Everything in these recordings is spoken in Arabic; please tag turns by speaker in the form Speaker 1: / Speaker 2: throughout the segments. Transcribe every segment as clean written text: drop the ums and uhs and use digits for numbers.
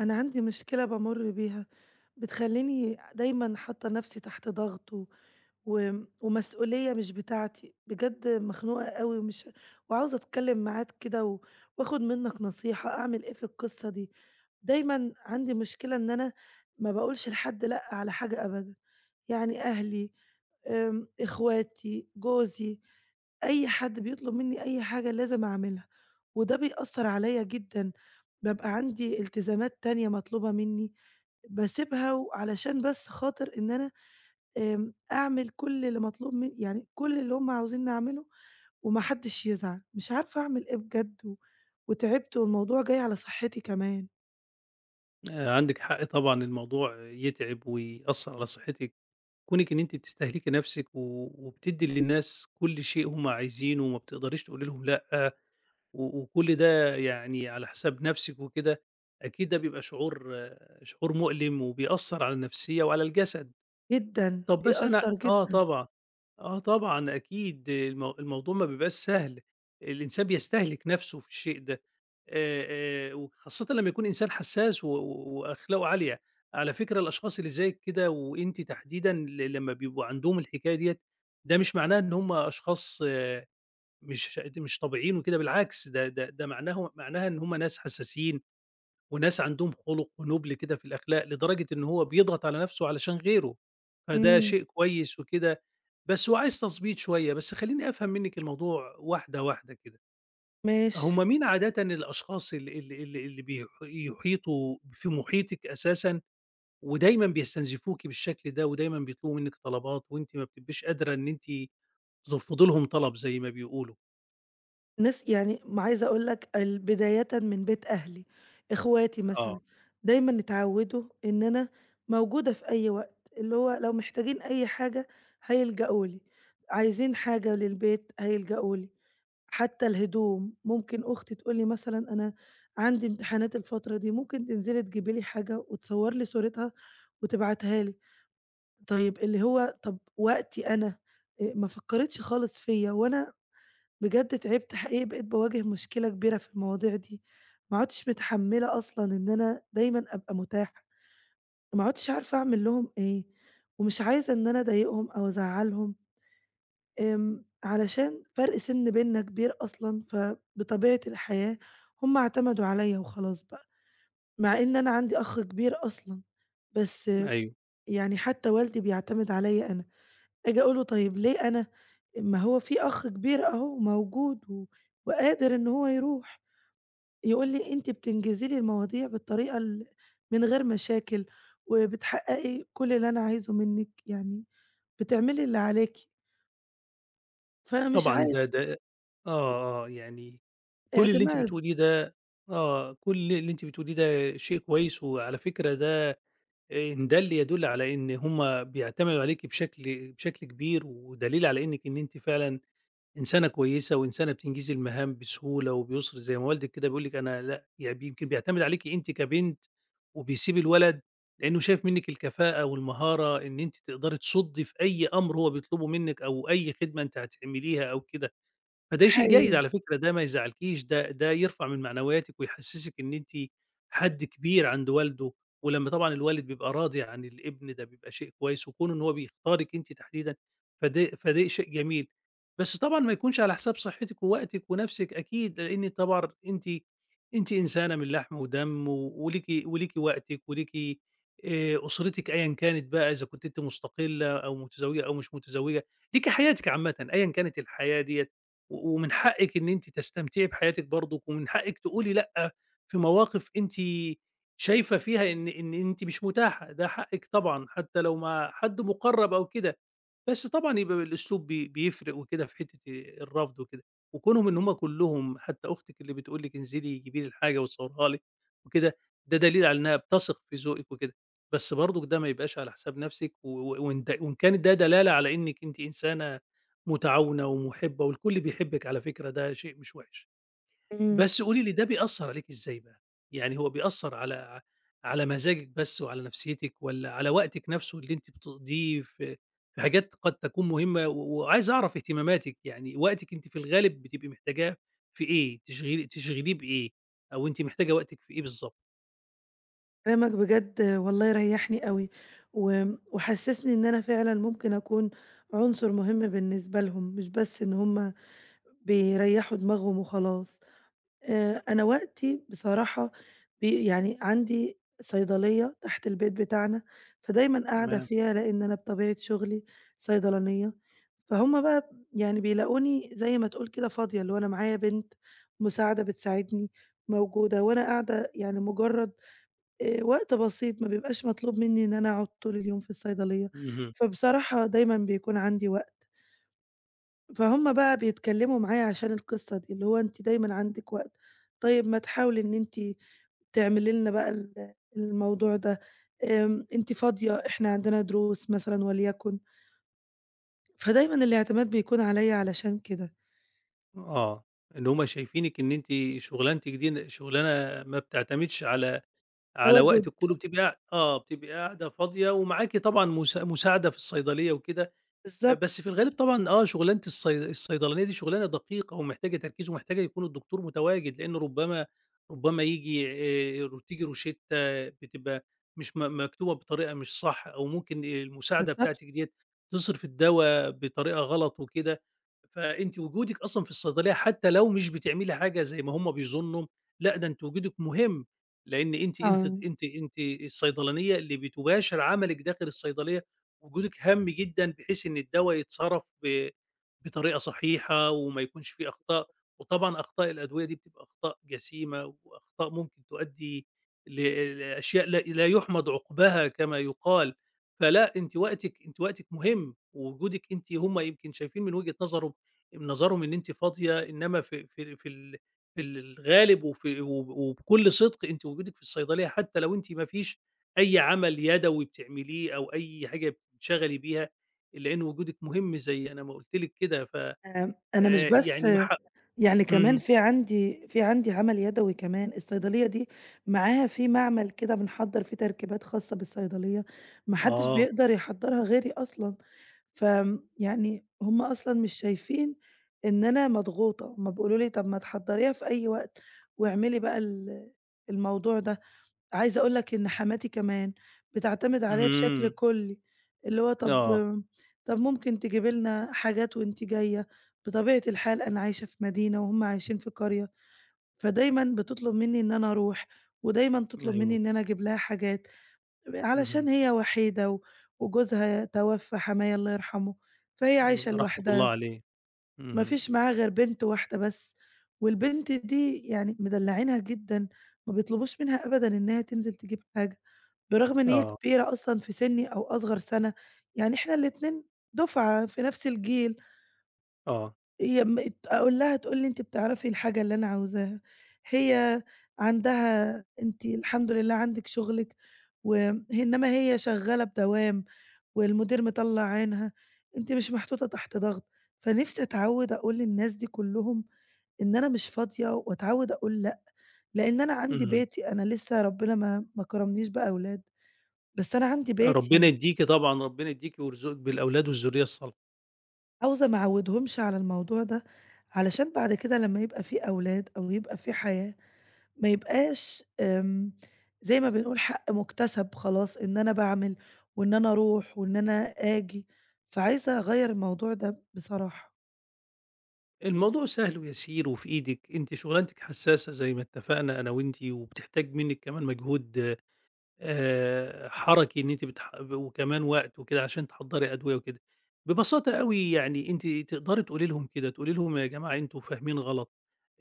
Speaker 1: أنا عندي مشكلة بامُر بيها، بتخلّيني دايمًا حاطة نفسي تحت ضغط و و ومسؤولية مش بتاعتي، بجد مخنوقة أوي وعاوزة أتكلّم معاك كده و وآخُد منّك نصيحة أعمل إيه في القصة دي، دايمًا عندي مشكلة إن أنا ما باقولش لحد لأ على حاجة أبدًا. يعني أهلي، إخواتي، جوزي، أي حد بيطلب منّي أي حاجة لازم أعملها، وده بيأثّر عليَّ جدًا، بابقى عندي التزامات تانية مطلوبة منّي باسيبها و علشان بس خاطر إن أنا أعمل كل اللي مطلوب يعني كل اللي هُم عاوزينّي أعمله وما حدّش يزعل، مش عارفة أعمل إيه بجد و وتعبت والموضوع جاي على صحّتي كمان،
Speaker 2: عندِك حق طبعًا الموضوع يتعب ويأثّر على صحتِك، كونِك إن أنتِ بتستهلكي نفسِك وبتدّي للناس كل شيء هُم عايزينه وما بتقدريش تقولي لهم لأ، وكل ده يعني على حساب نفسِك وكده، أكيد ده بيبقى شعور شعور مؤلم وبيأثّر على النفسية وعلى الجسد.
Speaker 1: جدًا،
Speaker 2: طب بس أنا
Speaker 1: بيأثّر جدًا.
Speaker 2: طبعًا، طبعًا أكيد الموضوع ما بيبقاش سهل، الإنسان بيستهلك نَفْسه في الشيء ده، وخاصةً لمّا يكون إنسان حساس و و وأخلاقه عالية، على فكرة الأشخاص اللي زيِّك كده وأنتِ تحديدًا لمّا بيبقوا عندهم الحكاية ديّة، ده مش معناه إن هُم أشخاص مش طبيعيين وكده، بالعكس ده معناها إن هُم ناس حساسين وناس عندهم خُلُق ونُبْل كده في الأخلاق، لدرجة إن هو بيضغط على نَفْسه علشان غيره، فده
Speaker 1: إمم،
Speaker 2: شيء كويس وكده، بس هو عايز تضبيط شوية. بس خلّيني أفهم منِّك الموضوع واحدة، واحدة كده.
Speaker 1: ماشي.
Speaker 2: هم مين عادةً الأشخاص ال ال ال اللي يحيطوا في محيطِك أساسًا ودايمًا بيستنزفوكِ بالشكل ده ودايمًا بيطلبوا منِّك طلبات وأنتِ ما بتبقيش قادرة إن أنتِ ترفضي لهم طلب زي ما بيقولوا؟
Speaker 1: ناس يعني عايزة أقول لك بدايةً من بيت أهلي، إخواتي
Speaker 2: آه،
Speaker 1: مثلًا، دايمًا اتعودوا إن أنا موجودة في أي وقت، اللي هو لو محتاجين أي حاجة هيلجأوا لي، عايزين حاجة للبيت هيلجأوا لي، حتى الهدوم ممكن أختي تقول لي مثلًا أنا عندي امتحانات الفترة دي، ممكن تنزلي تجيبي لي حاجة وتصور لي صورتها وتبعتها لي، طيب اللي هو طب وقتي أنا ما فكّرتش خالص فيّا وأنا بجد تعبت حقيقي بقيت باواجه مشكلة كبيرة في المواضيع دي، ما عُدتش متحمّلة أصلًا إن أنا دايمًا أبقى متاحة، ما عُدتش عارفة أعمل لهم إيه، ومش عايزة إن أنا أضايقهم أو أزعّلهم، علشان فرق سِن بيننا كبير أصلًا، فبطبيعة الحياة هُم اعتمدوا عليَّ وخلاص بقى، مع إن أنا عندي أخ كبير أصلًا، بس
Speaker 2: أيوه.
Speaker 1: يعني حتى والدي بيعتمد عليَّ أنا، آجي أقول له طيب ليه أنا؟ ما هو في أخ كبير أهو موجود و وقادر إن هو يروح. يقول لي: "أنتِ بتنجزي لي المواضيع بالطريقة من غير مشاكل، وبتحققي كل اللي أنا عايزه منِّك، يعني بتعملي اللي عليكِ." فأنا مش
Speaker 2: طبعًا ده
Speaker 1: عايز
Speaker 2: ده آه، آه. يعني كل اللي أنتِ
Speaker 1: اعتماد
Speaker 2: بتقوليه ده كل اللي أنتِ بتقوليه ده شيء كويس، وعلى فكرة ده إن دَل يدل على إن هُم بيعتمدوا عليكِ بشكل كبير، ودليل على إنِّك إن أنتِ فعلًا إنسانة كويسة، وإنسانة بتنجزي المهام بسهولة وبيُسر، زي ما والدِك كده بيقول لِك أنا لأ، يعني يمكن بيعتمد عليكِ أنتِ كبنت، وبيسيب الولد لإنه شايف منِّك الكفاءة والمهارة إن أنتِ تقدري تصُدّي في أي أمر هو بيطلبه منِّك، أو أي خدمة أنتِ هتعمليها أو كده. فده شيء جيد
Speaker 1: حقيقي.
Speaker 2: على فكرة، ده ما يزعّلكيش، ده يرفع من معنوياتِك ويحسّسِك إن أنتِ حد كبير عند والده، ولمّا طبعًا الوالد بيبقى راضي عن الابن ده بيبقى شيء كويس، وكون إن هو بيختارِك أنتِ تحديدًا فده شيء جميل، بس طبعًا ما يكونش على حساب صحتِك ووقتِك ونَفْسِك أكيد، لإن طبعًا أنتِ أنتِ إنسانة من لحم ودم وليكِ وقتِك وليكِ أسرتِك أيًا كانت بقى إذا كنتِ أنتِ مستقلة أو متزوجة أو مش متزوجة، ليكِ حياتِك عامةً أيًا كانت الحياة ديّة، ومن حقِّك إن أنتِ تستمتعي بحياتِك برضُك، ومن حقِّك تقولي لأ في مواقف أنتِ شايفة فيها إن أنتِ مش متاحة، ده حقِّك طبعًا حتى لو مع حد مُقرّب أو كده، بس طبعًا يبقى الأسلوب بيفرق وكده في حتّة الرفض وكده، وكونهم إن هم كلّهم حتى أختِك اللي بتقول لِك انزلي جيبي لي الحاجة وتصوّرها لِك وكده، ده دليل على إنها بتثق في ذوقِك وكده، بس برضُك ده ما يبقاش على حساب نَفْسِك و و وإن د وإن كان ده دلالة على إنِّك أنتِ إنسانة متعاونة ومُحِبّة والكل بيحبِّك على فكرة ده شيء مش وِحِش،
Speaker 1: إمم.
Speaker 2: بس قولي لي ده بيأثّر عليكِ إزاي بقى؟ يعني هو بيأثّر على مزاجِك بس وعلى نفسيتِك والّا على وقتِك نَفْسه اللي أنتِ بتقضيه في حاجات قد تكون مهمة و وعايز أعرف اهتماماتِك، يعني وقتِك أنتِ في الغالب بتبقي محتاجاه في إيه، تشغليه بإيه أو أنتِ محتاجة وقتِك في إيه بالضبط؟
Speaker 1: كلامك بجد والله ريّحني أوي، و وحسسني إن أنا فعلًا ممكن أكون عنصر مهم بالنسبة لهم، مش بس إن هُم بيريّحوا دماغهم وخلاص. أنا وقتي بصراحة يعني عندي صيدلية تحت البيت بتاعنا، فدايمًا قاعدة
Speaker 2: تمام.
Speaker 1: فيها لإن أنا بطبيعة شغلي صيدلانية، فهُم بقى يعني بيلاقوني زي ما تقول كده فاضية، اللي هو أنا معايا بنت مساعدة بتساعدني، موجودة، وأنا قاعدة يعني مجرد وقت بسيط ما بيبقاش مطلوب مني إن أنا أقعد طول اليوم في الصيدلية،
Speaker 2: اهم.
Speaker 1: فبصراحة دايمًا بيكون عندي وقت. فهُم بقى بيتكلّموا معايا عشان القصّة دي، اللي هو أنتِ دايمًا عندِك وقت، طيب ما تحاولي إن أنتِ تعملي لنا بقى الموضوع ده، أنتِ فاضية، إحنا عندنا دروس مثلًا وليكن، فدايمًا الاعتماد بيكون عليَّ علشان كده،
Speaker 2: آه. إن هُم شايفينِك إن أنتِ شُغلانتِك دي شُغلانة ما بتعتمدش على وقت
Speaker 1: تواجد
Speaker 2: الكول وبتبقي قاع آه، بتبقي قاعدة فاضية ومعاكِ طبعًا مساعدة في الصيدلية وكده، بس
Speaker 1: بالضبط،
Speaker 2: في الغالب طبعًا شُغلانة الصيدلانية دي شُغلانة دقيقة ومحتاجة تركيز ومحتاجة يكون الدكتور متواجد، لإنه ربما ييجي ر تيجي روشتة بتبقى مش مكتوبة بطريقة مش صح أو ممكن المساعدة
Speaker 1: بالضبط
Speaker 2: بتاعتِك ديّة تصرف الدوا بطريقة غلط وكده، فأنتِ وجودِك أصلًا في الصيدلية حتى لو مش بتعملي حاجة زي ما هم بيظنوا، لأ، ده أنتِ وجودِك مهم، لإن أنتِ أنتِ
Speaker 1: آه،
Speaker 2: أنتِ أنتِ الصيدلانية اللي بتباشر عملِك داخل الصيدلية وجودِك هَم جدًا بحيث إن الدوا يتصرف بطريقة صحيحة وما يكونش فيه أخطاء، وطبعًا أخطاء الأدوية دي بتبقى أخطاء جسيمة وأخطاء ممكن تؤدي ل لأشياء لا يُحمد عُقباها كما يُقال، فلأ أنتِ وقتِك مهم، ووجودِك أنتِ هُم يمكن شايفين من نظرهم إن أنتِ فاضية، إنما في الغالب وفي وب وبكل صدق أنتِ وجودِك في الصيدلية حتى لو أنتِ ما فيش أي عمل يدوي بتعمليه أو أي حاجة بتنشغلي بيها، لإن وجودِك مهم زي أنا ما قُلت لِك كده، ف
Speaker 1: أنا مش بس
Speaker 2: يعني ما ح
Speaker 1: يعني كمان
Speaker 2: إمم.
Speaker 1: في عندي عمل يدوي كمان، الصيدلية دي معاها في معمل كده بنحضّر فيه تركيبات خاصة بالصيدلية، ما حدش
Speaker 2: آه.
Speaker 1: بيقدر يحضّرها غيري أصلًا. يعني هُم أصلًا مش شايفين إن أنا مضغوطة، هُم بيقولوا لي: "طب ما تحضّريها في أي وقت واعملي بقى الموضوع ده." عايزة أقول لك إن حماتي كمان بتعتمد عليَّ بشكل
Speaker 2: إمم.
Speaker 1: كلّي، اللي هو طب
Speaker 2: آه.
Speaker 1: طب ممكن تجيبي لنا حاجات وأنتِ جاية، بطبيعة الحال أنا عايشة في مدينة وهُم عايشين في قرية، فدايمًا بتطلب منّي إن أنا أروح، ودايمًا تطلب منّي
Speaker 2: أيوه.
Speaker 1: إن أنا أجيب لها حاجات. علشان
Speaker 2: اهم.
Speaker 1: هي وحيدة و وجوزها توفى حماية الله يرحمه، فهي
Speaker 2: إمم.
Speaker 1: عايشة
Speaker 2: رحمة الله
Speaker 1: لوحدها،
Speaker 2: عليه.
Speaker 1: ما
Speaker 2: اهم.
Speaker 1: فيش معاها غير بنت واحدة بس، والبنت دي يعني مدلّعينها جدًا، ما بيطلبوش منها أبدًا إنها تنزل تجيب حاجة، برغم إن هي
Speaker 2: آه.
Speaker 1: كبيرة أصلًا في سنّي أو أصغر سَنة، يعني إحنا الاتنين دُفعة في نفس الجيل،
Speaker 2: آه.
Speaker 1: هي أقول لها تقول لي: "أنتِ بتعرفي الحاجة اللي أنا عاوزاها." هي عندها أنتِ الحمد لله عندِك شغلِك و إنما هي شغّالة بدوام. والمدير مطلّع عينها، أنتِ مش محطوطة تحت ضغط، فنفسي أتعوّد أقول للناس دي كلّهم إن أنا مش فاضية وأتعوّد أقول لأ، لإن أنا عندي
Speaker 2: اهم.
Speaker 1: بيتي، أنا لسه ربنا ما كرمنيش بأولاد، بس أنا عندي
Speaker 2: ربنا
Speaker 1: بيتي،
Speaker 2: يديكِ طبعًا، ربنا يديكِ ويرزقِك بالأولاد والذرية الصالحة.
Speaker 1: عاوزة ما أعوّدهمش على الموضوع ده، علشان بعد كده لمّا يبقى في أولاد أو يبقى في حياة، ما يبقاش زي ما بنقول حق مُكتسب خلاص إن أنا باعمل وإن أنا أروح وإن أنا آجي، فعايزة أغيّر الموضوع ده بصراحة.
Speaker 2: الموضوع سهل ويسير وفي إيدِك، أنتِ شغلانتِك حساسة زي ما اتفقنا أنا وأنتِ، وبتحتاج منِّك كمان مجهود حرَكي إن أنتِ وكمان وقت وكده عشان تحضّري أدوية وكده. ببساطة أوي يعني أنتِ تقدري تقولي لهم كده، تقولي لهم: "يا جماعة أنتم فاهمين غلط،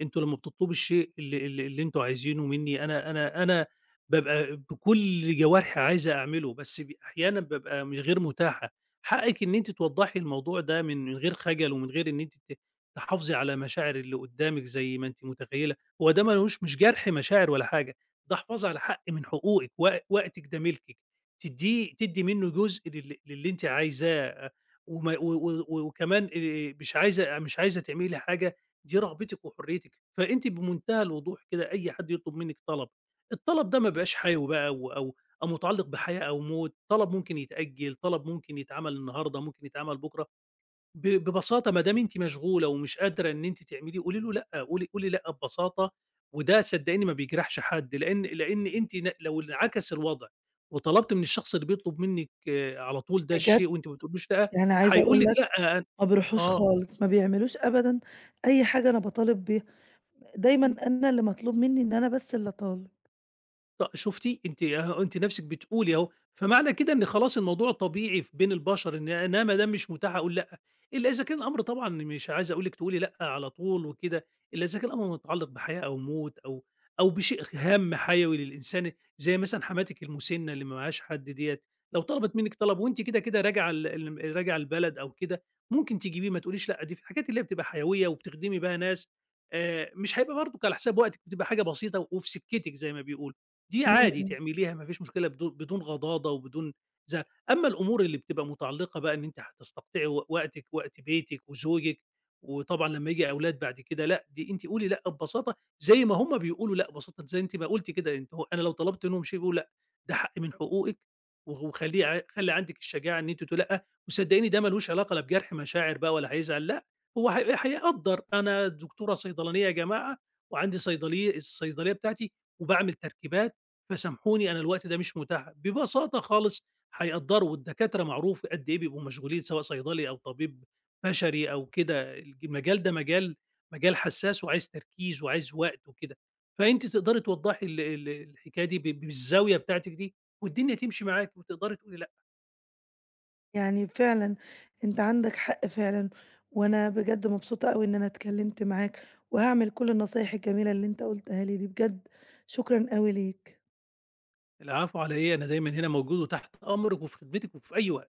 Speaker 2: أنتم لمّا بتطلبوا الشيء اللي أنتم عايزينه منّي أنا بابقى بكل جوارحي عايزة أعمله، بس أحيانًا بابقى مش غير متاحة. حقِّك إن أنتِ توضّحي الموضوع ده من غير خجل ومن غير إن أنتِ تحافظي على مشاعر اللي قُدّامِك زي ما أنتِ متخيّلة." هو ده ما لهوش مش جرح مشاعر ولا حاجة، ده حفاظ على حق من حقوقِك، وقتِك ده ملكِك، تدّي منّه جزء للي أنتِ عايزاه، وما و و و وكمان مش عايزة تعملي حاجة، دي رغبتِك وحريتِك، فأنتِ بمنتهى الوضوح كده أي حد يطلب منِّك طلب، الطلب ده ما بيبقاش حيوي بقى أو متعلق بحياة أو موت، طلب ممكن يتأجّل، طلب ممكن يتعمل النهارده، ممكن يتعمل بُكرة، ببساطة ما دام أنتِ مشغولة ومش قادرة إن أنتِ تعملي، قولي له لأ، قولي لأ ببساطة، وده صدقيني ما بيجرحش حد، لأن أنتِ لو انعكس الوضع وطلبتِ من الشخص اللي بيطلب منِّك على طول ده
Speaker 1: بجد؟!
Speaker 2: الشيء وأنتِ ما بتقوليش لأ،
Speaker 1: يعني عايزة
Speaker 2: هيقول
Speaker 1: أقول
Speaker 2: لِك
Speaker 1: لك
Speaker 2: لأ أن
Speaker 1: ما بيروحوش
Speaker 2: آه.
Speaker 1: خالص، ما بيعملوش أبدًا أي حاجة أنا باطالب بيها، دايمًا أنا اللي مطلوب منّي إن أنا بس اللي أطالب.
Speaker 2: شُفتِ؟ أنتِ أهو أنتِ نَفْسِك بتقولي أهو، فمعنى كده إن خلاص الموضوع طبيعي بين البشر إن أنا ما دام مش متاح أقول لأ، إلا إذا كان الأمر طبعًا مش عايز أقول لِك تقولي لأ على طول وكده، إلا إذا كان الأمر متعلّق بحياة أو موت أو بشيء هَام حيوي للإنسان زي مثلًا حماتِك المُسنّة اللي ما معهاش حد ديّة، لو طلبت منِّك طلب وأنتِ كده، كده راجعة ال الم راجعة البلد أو كده، ممكن تجيبيه ما تقوليش لأ، دي في الحاجات اللي هي بتبقى حيوية وبتخدمي بيها ناس مش هيبقى برضُك على حساب وقتِك، بتبقى حاجة بسيطة وفي سكتِك زي ما بيقولوا. دي عادي
Speaker 1: إمم.
Speaker 2: تعمليها ما فيش مشكلة بدون غضاضة وبدون زعل، أمّا الأمور اللي بتبقى متعلقة بقى إن أنتِ هتستقطعي وقتِك، وقت بيتِك وزوجِك، وطبعًا لمّا ييجي أولاد بعد كده لأ، دي أنتِ قولي لأ ببساطة زي ما هم بيقولوا لأ ببساطة، زي أنتِ ما قُلتِ كده أنتِ هو أنا لو طلبت منهم شيء بيقولوا لأ، ده حق من حقوقِك و وخلّيه ع خلّي عندِك الشجاعة إن أنتِ تقولي لأ، وصدقيني ده ما لوش علاقة لا بجرح مشاعر بقى ولا هيزعل لأ، هو هيقدّر أنا دكتورة صيدلانية يا جماعة، وعندي الصيدلية بتاعتي وباعمل تركيبات فسامحوني أنا الوقت ده مش متاح، ببساطة خالص هيقدّروا والدكاترة معروف قد إيه بيبقوا مشغولين سواء صيدلي أو طبيب بشري أو كده، المجال ده مجال حساس وعايز تركيز وعايز وقت وكده، فأنتِ تقدري توضّحي ال ال الحكاية دي بالزاوية بتاعتِك دي والدنيا تمشي معاكِ وتقدري تقولي لأ،
Speaker 1: يعني فعلًا أنت عندك حق فعلًا، وأنا بجد مبسوطة أوي إن أنا اتكلمت معاك، وهاعمل كل النصايح الجميلة اللي أنت قُلتها لي دي، بجد شكرًا أوي ليك.
Speaker 2: العفو على إيه أنا دايمًا هنا موجود وتحت أمرِك وفي خدمتِك وفي أي وقت.